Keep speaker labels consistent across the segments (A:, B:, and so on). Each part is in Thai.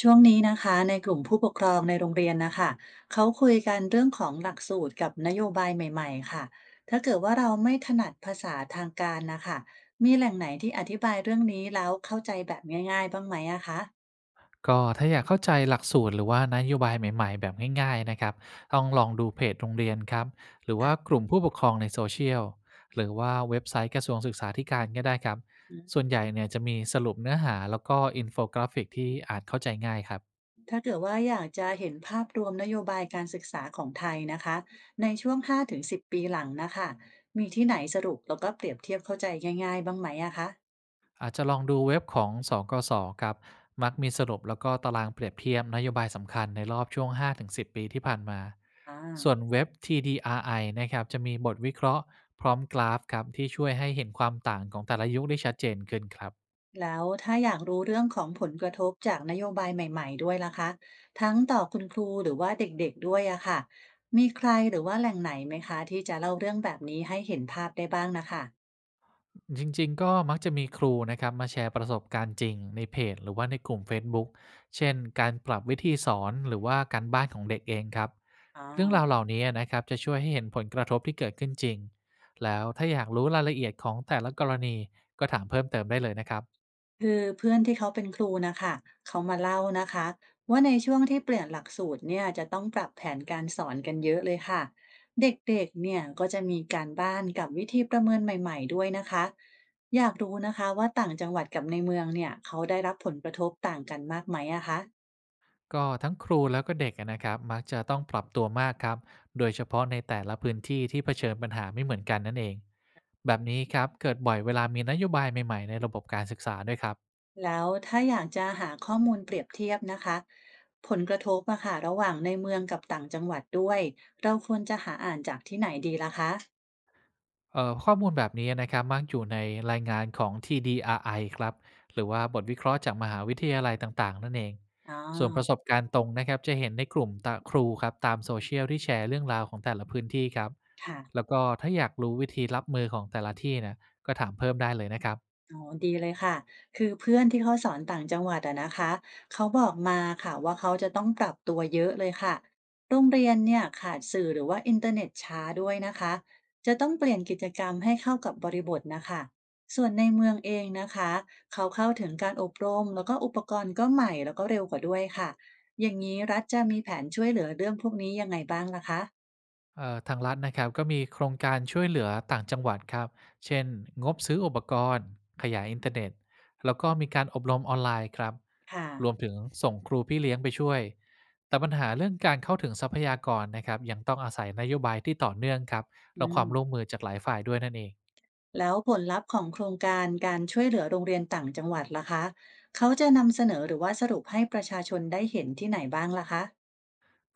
A: ช่วงนี้นะคะในกลุ่มผู้ปกครองในโรงเรียนนะคะเขาคุยกันเรื่องของหลักสูตรกับนโยบายใหม่ๆค่ะถ้าเกิดว่าเราไม่ถนัดภาษาทางการนะคะมีแหล่งไหนที่อธิบายเรื่องนี้แล้วเข้าใจแบบง่ายๆบ้างไหมอะคะ
B: ก็ถ้าอยากเข้าใจหลักสูตรหรือว่านโยบายใหม่ๆแบบง่ายๆนะครับต้องลองดูเพจโรงเรียนครับหรือว่า
A: ค่ะ
B: กลุ่มผู้ปกครองในโซเชียลหรือว่าเว็บไซต์กระทรวงศึกษาธิการก็ได้ครับ
A: อื
B: ส่วน
A: ม
B: ใหญ่เนี่ยจะมีสรุปเนื้อหาแล้วก็อินโฟกราฟิกที่อ่านเข้าใจง่ายครับ
A: ถ้าเกิดว่าอยากจะเห็นภาพรวมนโยบายการศึกษาของไทยนะคะในช่วง5-10 ปีหลังนะคะมีที่ไหนสรุปแล้วก็เปรียบเทียบเข้าใจง่ายๆบ้างไหมอะคะ
B: อาจจะลองดูเว็บของสกสครับ มักมีสรุปแล้วก็ตารางเปรียบเทียบนโยบายสำคัญในรอบช่วง5-10ปีที่ผ่านมา
A: อ
B: ส่วน
A: ่า
B: เว็บ TDRI นะครับจะมีบทวิเคราะห์พร้อมกราฟครับที่ช่วยให้เห็นความต่างของแต่ละยุคได้ชัดเจนขึ้นครับ
A: แล้วถ้าอยากรู้เรื่องของผลกระทบจากนโยบายใหม่ๆด้วยล่ะคะทั้งต่อคุณครูหรือว่าเด็กๆด้วยอะค่ะมีใครหรือว่าแหล่งไหนไหมคะที่จะเล่าเรื่องแบบนี้ให้เห็นภาพได้บ้างนะคะ
B: จริงๆก็มักจะมีครูนะครับมาแชร์ประสบการณ์จริงในเพจหรือว่าในกลุ่มเฟซบุ๊กเช่นการปรับวิธีสอนหรือว่าการบ้านของเด็กเองครับ
A: อ๋อ
B: เรื่องราวเหล่านี้นะครับจะช่วยให้เห็นผลกระทบที่เกิดขึ้นจริงแล้วถ้าอยากรู้รายละเอียดของแต่ละกรณีก็ถามเพิ่มเติมได้เลยนะครับ
A: คือเพื่อนที่เขาเป็นครูนะคะเขามาเล่านะคะว่าในช่วงที่เปลี่ยนหลักสูตรเนี่ยจะต้องปรับแผนการสอนกันเยอะเลยค่ะเด็กๆเนี่ยก็จะมีการบ้านกับวิธีประเมินใหม่ๆด้วยนะคะอยากรู้นะคะว่าต่างจังหวัดกับในเมืองเนี่ยเขาได้รับผลกระทบต่างกันมากไหมอะคะ
B: ก็ทั้งครูแล้วก็เด็กอะนะครับมักจะต้องปรับตัวมากครับโดยเฉพาะในแต่ละพื้นที่ที่เผชิญปัญหาไม่เหมือนกันนั่นเองแบบนี้ครับเกิดบ่อยเวลามีนโยบายใหม่ๆในระบบการศึกษาด้วยครับ
A: แล้วถ้าอยากจะหาข้อมูลเปรียบเทียบนะคะผลกระทบอะค่ะระหว่างในเมืองกับต่างจังหวัดด้วยเราควรจะหาอ่านจากที่ไหนดีล่ะคะ
B: ข้อมูลแบบนี้นะครับมักอยู่ในรายงานของ TDRI ครับหรือว่าบทวิเคราะห์จากมหาวิทยาลัยต่างๆนั่นเอง
A: อ๋อ
B: ส่วนประสบการณ์ตรงนะครับจะเห็นในกลุ่มตะครูครับตามโซเชียลที่แชร์เรื่องราวของแต่ละพื้นที่ครับ
A: ค่ะ
B: แล้วก็ถ้าอยากรู้วิธีรับมือของแต่ละที่นะก็ถามเพิ่มได้เลยนะครับ
A: อ๋อดีเลยค่ะคือเพื่อนที่เขาสอนต่างจังหวัดอะนะคะเขาบอกมาค่ะว่าเขาจะต้องปรับตัวเยอะเลยค่ะโรงเรียนเนี่ยขาดสื่อหรือว่าอินเทอร์เน็ตช้าด้วยนะคะจะต้องเปลี่ยนกิจกรรมให้เข้ากับบริบทนะคะส่วนในเมืองเองนะคะเขาเข้าถึงการอบรมแล้วก็อุปกรณ์ก็ใหม่แล้วก็เร็วกว่าด้วยค่ะอย่างนี้รัฐจะมีแผนช่วยเหลือเรื่องพวกนี้ยังไงบ้างล่ะคะ
B: ทางรัฐนะครับก็มีโครงการช่วยเหลือต่างจังหวัดครับเช่นงบซื้ออุปกรณ์ขยายอินเทอร์เน็ตแล้วก็มีการอบรมออนไลน์ครับ
A: ค่ะ
B: รวมถึงส่งครูพี่เลี้ยงไปช่วยแต่ปัญหาเรื่องการเข้าถึงทรัพยากรนะครับยังต้องอาศัยนโยบายที่ต่อเนื่องครับ
A: อื
B: และค
A: ม
B: วามร่วมมือจากหลายฝ่ายด้วยนั่นเอง
A: แล้วผลลัพธ์ของโครงการการช่วยเหลือโรงเรียนต่างจังหวัดล่ะคะเขาจะนำเสนอหรือว่าสรุปให้ประชาชนได้เห็นที่ไหนบ้างล่ะคะ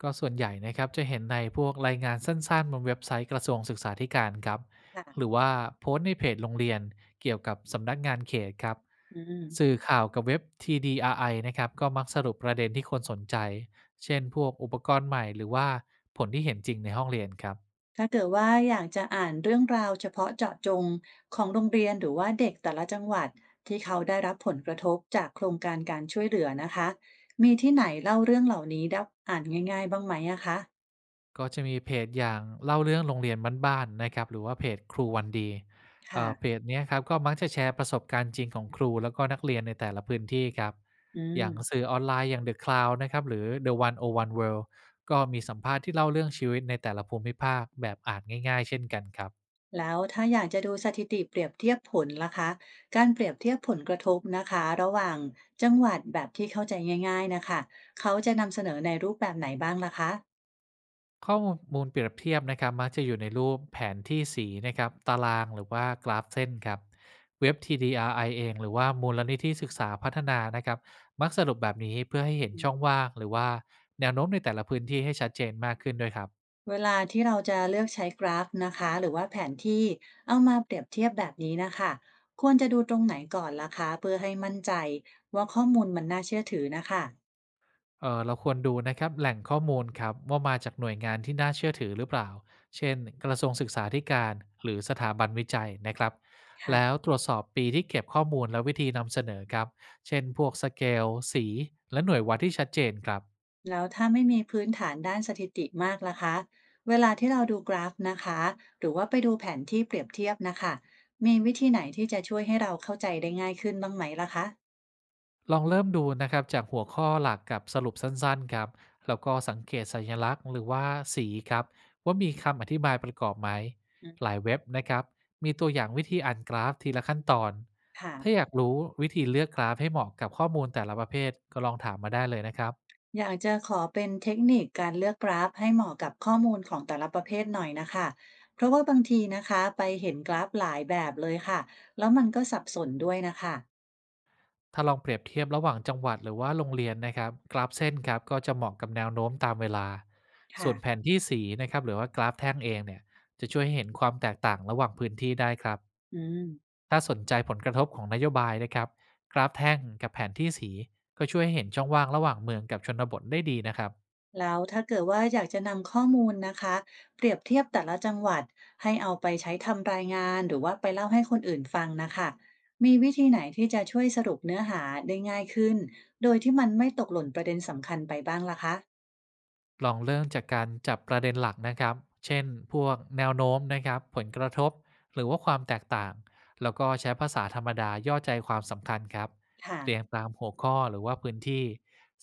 B: ก็ส่วนใหญ่นะครับจะเห็นในพวกรายงานสั้นๆบนเว็บไซต์กระทรวงศึกษาธิการครับ
A: ค่ะ
B: หรือว่าโพสต์ในเพจโรงเรียนเกี่ยวกับสำนักงานเขตครับ
A: อืม
B: สื่อข่าวกับเว็บ TDRI นะครับก็มักสรุปประเด็นที่คนสนใจเช่นพวกอุปกรณ์ใหม่หรือว่าผลที่เห็นจริงในห้องเรียนครับ
A: ถ้าเกิดว่าอยากจะอ่านเรื่องราวเฉพาะเจาะจงของโรงเรียนหรือว่าเด็กแต่ละจังหวัดที่เขาได้รับผลกระทบจากโครงการการช่วยเหลือนะคะมีที่ไหนเล่าเรื่องเหล่านี้ได้อ่านง่ายๆบ้างไหมอะคะ
B: ก็จะมีเพจอย่างเล่าเรื่องโรงเรียนบ้านๆนะครับหรือว่าเพจครูวันดี
A: ค่ะ
B: เพจเนี้ยครับก็มักจะแชร์ประสบการณ์จริงของครูแล้วก็นักเรียนในแต่ละพื้นที่ครับ
A: อื
B: อ
A: ม
B: ย่างสื่อออนไลน์อย่าง The Cloud นะครับหรือ The 101 World ก็มีสัมภาษณ์ที่เล่าเรื่องชีวิตในแต่ละภูมิภาคแบบอ่านง่ายๆเช่นกันครับ
A: แล้วถ้าอยากจะดูสถิติเปรียบเทียบผลล่ะคะการเปรียบเทียบผลกระทบนะคะระหว่างจังหวัดแบบที่เข้าใจง่ายๆนะคะเขาจะนำเสนอในรูปแบบไหนบ้างล่ะคะ
B: ข้อมูลมูลเปรียบเทียบนะครับมักจะอยู่ในรูปแผนที่สีนะครับตารางหรือว่ากราฟเส้นครับเว็บ TDRI เองหรือว่ามูลนิธิศึกษาพัฒนานะครับมักสรุปแบบนี้เพื่อให้เห็นช่องว่างหรือว่าแนวโน้มในแต่ละพื้นที่ให้ชัดเจนมากขึ้นด้วยครับ
A: เวลาที่เราจะเลือกใช้กราฟนะคะหรือว่าแผนที่เอามาเปรียบเทียบแบบนี้นะคะควรจะดูตรงไหนก่อนล่ะคะเพื่อให้มั่นใจว่าข้อมูลมันน่าเชื่อถือนะคะ
B: เราควรดูนะครับแหล่งข้อมูลครับว่ามาจากหน่วยงานที่น่าเชื่อถือหรือเปล่า เช่นกระทรวงศึกษาธิการหรือสถาบันวิจัยนะครับ แล้ว
A: ค่ะ
B: ตรวจสอบปีที่เก็บข้อมูลและวิธีนำเสนอครับ เช่นพวกสเกลสีและหน่วยวัดที่ชัดเจนครับ
A: แล้วถ้าไม่มีพื้นฐานด้านสถิติมากล่ะคะเวลาที่เราดูกราฟนะคะหรือว่าไปดูแผนที่เปรียบเทียบนะคะมีวิธีไหนที่จะช่วยให้เราเข้าใจได้ง่ายขึ้นบ้างไหมล่ะคะ
B: ลองเริ่มดูนะครับจากหัวข้อหลักกับสรุปสั้นๆครับแล้วก็สังเกตสัญลักษณ์หรือว่าสีครับว่ามีคำอธิบายประกอบไหม
A: อื
B: หลาย
A: ม
B: เว็บนะครับมีตัวอย่างวิธีอ่านกราฟทีละขั้นตอน
A: ค่ะ
B: ถ้าอยากรู้วิธีเลือกกราฟให้เหมาะกับข้อมูลแต่ละประเภทก็ลองถามมาได้เลยนะครับ
A: อยากจะขอเป็นเทคนิคการเลือกกราฟให้เหมาะกับข้อมูลของแต่ละประเภทหน่อยนะคะเพราะว่าบางทีนะคะไปเห็นกราฟหลายแบบเลยค่ะแล้วมันก็สับสนด้วยนะคะ
B: ถ้าลองเปรียบเทียบระหว่างจังหวัดหรือว่าโรงเรียนนะครับกราฟเส้นครับก็จะเหมาะกับแนวโน้มตามเวลา
A: ค่ะ
B: ส่วนแผนที่สีนะครับหรือว่ากราฟแท่งเองเนี่ยจะช่วยให้เห็นความแตกต่างระหว่างพื้นที่ได้ครับ
A: อืม
B: ถ้าสนใจผลกระทบของนโยบายนะครับกราฟแท่งกับแผนที่สีก็ช่วยให้เห็นช่องว่างระหว่างเมืองกับชนบทได้ดีนะครับ
A: แล้วถ้าเกิดว่าอยากจะนำข้อมูลนะคะเปรียบเทียบแต่ละจังหวัดให้เอาไปใช้ทำรายงานหรือว่าไปเล่าให้คนอื่นฟังนะคะมีวิธีไหนที่จะช่วยสรุปเนื้อหาได้ง่ายขึ้นโดยที่มันไม่ตกหล่นประเด็นสำคัญไปบ้างล่ะคะ
B: ลองเริ่มจากการจับประเด็นหลักนะครับเช่นพวกแนวโน้มนะครับผลกระทบหรือว่าความแตกต่างแล้วก็ใช้ภาษาธรรมดาย่อใจความสำคัญครับ
A: ค่ะ
B: เรียงตามหัวข้อหรือว่าพื้นที่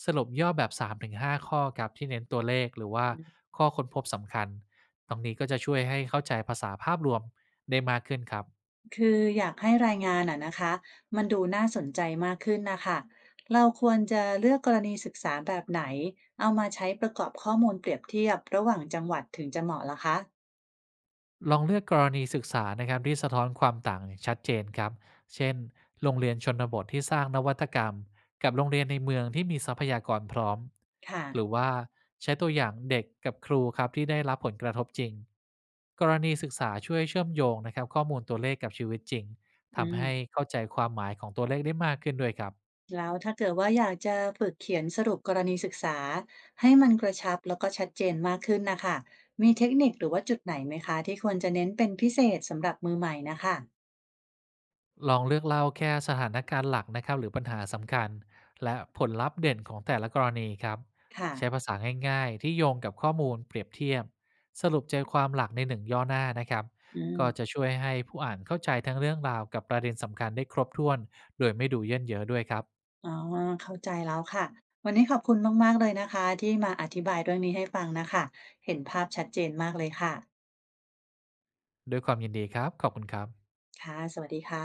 B: สรุปย่อแบบ3-5ข้อครับที่เน้นตัวเลขหรือว่า
A: อืม
B: ข้อค้นพบสำคัญตรงนี้ก็จะช่วยให้เข้าใจภาษาภาพรวมได้มากขึ้นครับ
A: คืออยากให้รายงานอ่ะนะคะมันดูน่าสนใจมากขึ้นนะคะเราควรจะเลือกกรณีศึกษาแบบไหนเอามาใช้ประกอบข้อมูลเปรียบเทียบระหว่างจังหวัดถึงจะเหมาะล่ะคะ
B: ลองเลือกกรณีศึกษานะครับที่สะท้อนความต่างอย่างชัดเจนครับเช่นโรงเรียนชนบทที่สร้างนวัตกรรมกับโรงเรียนในเมืองที่มีทรัพยากรพร้อม
A: ค่ะ
B: หรือว่าใช้ตัวอย่างเด็กกับครูครับที่ได้รับผลกระทบจริง กรณีศึกษาช่วยเชื่อมโยงนะครับข้อมูลตัวเลขกับชีวิตจริง
A: อื
B: ทำ
A: ม
B: ให้เข้าใจความหมายของตัวเลขได้มากขึ้นด้วยครับ
A: แล้วถ้าเกิดว่าอยากจะฝึกเขียนสรุปกรณีศึกษาให้มันกระชับแล้วก็ชัดเจนมากขึ้นนะคะมีเทคนิคหรือว่าจุดไหนไหมคะที่ควรจะเน้นเป็นพิเศษสำหรับมือใหม่นะคะ
B: ลองเลือกเล่าแค่สถานการณ์หลักนะครับหรือปัญหาสำคัญและผลลัพธ์เด่นของแต่ละกรณีครับ
A: ค่ะ
B: ใช้ภาษาง่ายๆที่โยงกับข้อมูลเปรียบเทียบสรุปใจความหลักในหนึ่งย่อหน้านะครับ
A: อืม
B: ก็จะช่วยให้ผู้อ่านเข้าใจทั้งเรื่องราวกับประเด็นสำคัญได้ครบถ้วนโดยไม่ดูเยินเยอะด้วยครับ
A: อ๋อเข้าใจแล้วค่ะวันนี้ขอบคุณมากๆเลยนะคะที่มาอธิบายเรื่องนี้ให้ฟังนะคะเห็นภาพชัดเจนมากเลยค่ะ
B: ด้วยความยินดีครับขอบคุณครับ
A: ค่ะสวัสดีค่ะ